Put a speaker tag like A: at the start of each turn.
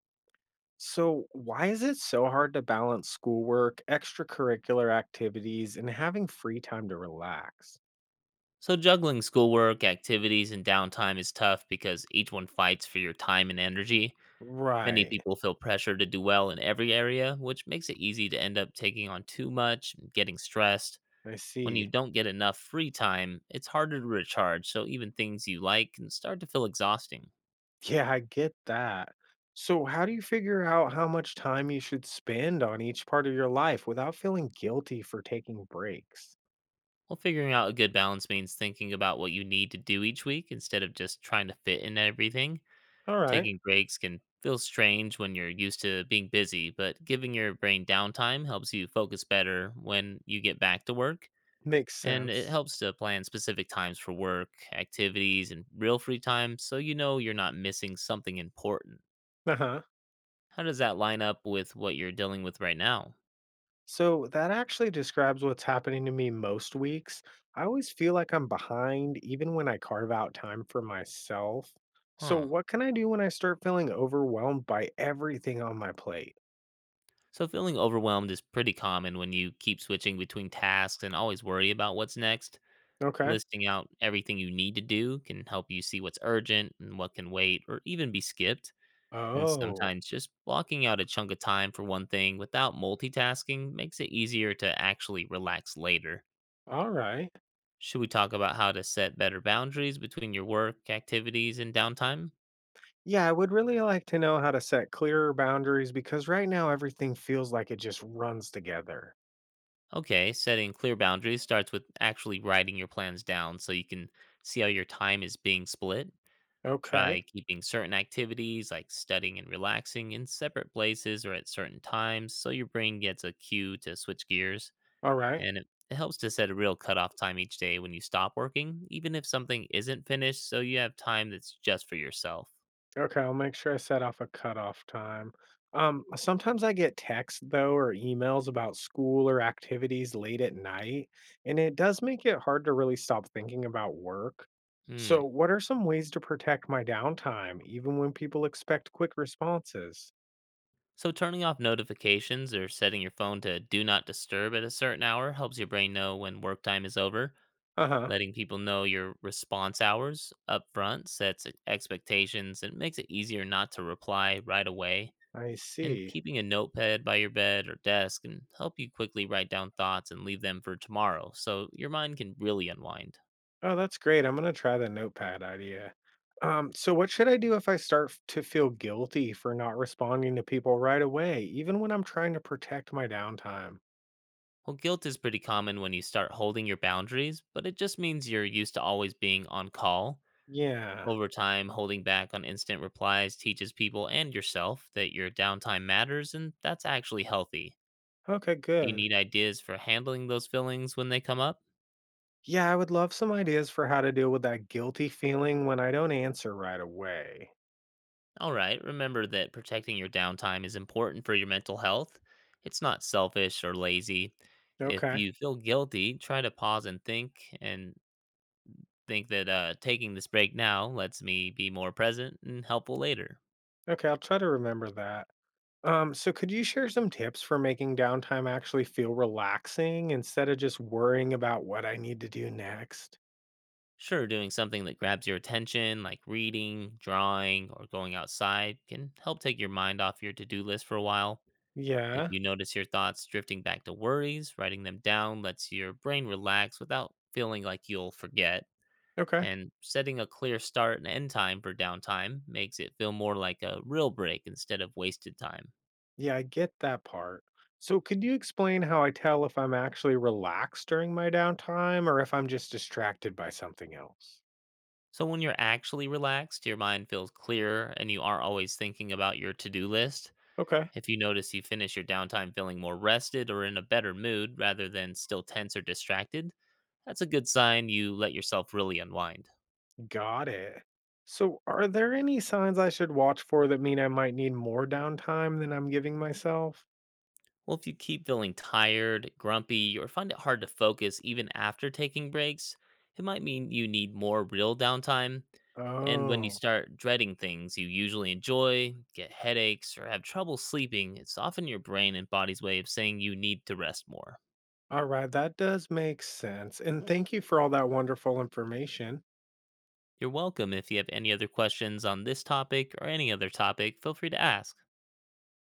A: So, why is it so hard to balance schoolwork, extracurricular activities, and having free time to relax?
B: So, juggling schoolwork, activities, and downtime is tough because each one fights for your time and energy. Many
A: Right.
B: people feel pressure to do well in every area, which makes it easy to end up taking on too much and getting stressed.
A: I
B: When you
A: see.
B: don't get enough free time, it's harder to recharge, so even things you like can start to feel exhausting.
A: Yeah, I get that. So, how do you figure out how much time you should spend on each part of your life without feeling guilty for taking breaks?
B: Well, figuring out a good balance means thinking about what you need to do each week instead of just trying to fit in everything.
A: All right.
B: Taking breaks can feel strange when you're used to being busy, but giving your brain downtime helps you focus better when you get back to work.
A: Makes
B: And it
A: sense.
B: helps to plan specific times for work, activities, and real free time so you know you're not missing something important.
A: Uh huh.
B: How does that line up with what you're dealing with right now?
A: So that actually describes what's happening to me most weeks. I always feel like I'm behind, even when I carve out time for myself. So,
B: Huh.
A: what can I do when I start feeling overwhelmed by everything on my plate?
B: So, feeling overwhelmed is pretty common when you keep switching between tasks and always worry about what's next.
A: Okay.
B: Listing out everything you need to do can help you see what's urgent and what can wait or even be skipped. And
A: Oh,
B: sometimes just blocking out a chunk of time for one thing without multitasking makes it easier to actually relax later.
A: all right.
B: Should we talk about how to set better boundaries between your work, activities, and downtime?
A: Yeah, I would really like to know how to set clearer boundaries because right now everything feels like it just runs together.
B: Okay, setting clear boundaries starts with actually writing your plans down so you can see how your time is being split.
A: Okay.
B: Try keeping certain activities like studying and relaxing in separate places or at certain times so your brain gets a cue to switch gears.
A: All right.
B: And it helps to set a real cutoff time each day when you stop working, even if something isn't finished, so you have time that's just for yourself.
A: Okay, I'll make sure I set off a cutoff time. Sometimes I get texts though or emails about school or activities late at night, and it does make it hard to really stop thinking about work.
B: Hmm.
A: So, what are some ways to protect my downtime, even when people expect quick responses?
B: So, turning off notifications or setting your phone to do not disturb at a certain hour helps your brain know when work time is over.
A: Uh huh.
B: Letting people know your response hours up front sets expectations and makes it easier not to reply right away.
A: I
B: And
A: see.
B: keeping a notepad by your bed or desk can help you quickly write down thoughts and leave them for tomorrow, so your mind can really unwind.
A: Oh, that's great. I'm gonna try the notepad idea. So what should I do if I start to feel guilty for not responding to people right away, even when I'm trying to protect my downtime?
B: Well, guilt is pretty common when you start holding your boundaries, but it just means you're used to always being on call.
A: Yeah.
B: Over time, holding back on instant replies teaches people and yourself that your downtime matters, and that's actually healthy.
A: Okay,
B: Do you
A: good.
B: need ideas for handling those feelings when they come up?
A: Yeah, I would love some ideas for how to deal with that guilty feeling when I don't answer right away.
B: All right, remember that protecting your downtime is important for your mental health. It's not selfish or lazy. If
A: Okay.
B: you feel guilty, try to pause and think that taking this break now lets me be more present and helpful later.
A: Okay, I'll try to remember that. So could you share some tips for making downtime actually feel relaxing instead of just worrying about what I need to do next?
B: Sure, doing something that grabs your attention, like reading, drawing, or going outside, can help take your mind off your to do list for a while. If
A: Yeah.
B: you notice your thoughts drifting back to worries, writing them down lets your brain relax without feeling like you'll forget.
A: Okay.
B: And setting a clear start and end time for downtime makes it feel more like a real break instead of wasted time.
A: Yeah, I get that part. So could you explain how I tell if I'm actually relaxed during my downtime or if I'm just distracted by something else?
B: So when you're actually relaxed, your mind feels clearer and you aren't always thinking about your to do list.
A: Okay.
B: If you notice you finish your downtime feeling more rested or in a better mood rather than still tense or distracted, that's a good sign you let yourself really unwind.
A: Got it. So, are there any signs I should watch for that mean I might need more downtime than I'm giving myself?
B: Well, if you keep feeling tired, grumpy, or find it hard to focus even after taking breaks, it might mean you need more real downtime. And when you
A: Oh,
B: start dreading things you usually enjoy, get headaches, or have trouble sleeping, it's often your brain and body's way of saying you need to rest more.
A: all right. That does make sense. And thank you for all that wonderful information.
B: You're welcome. If you have any other questions on this topic or any other topic, feel free to ask.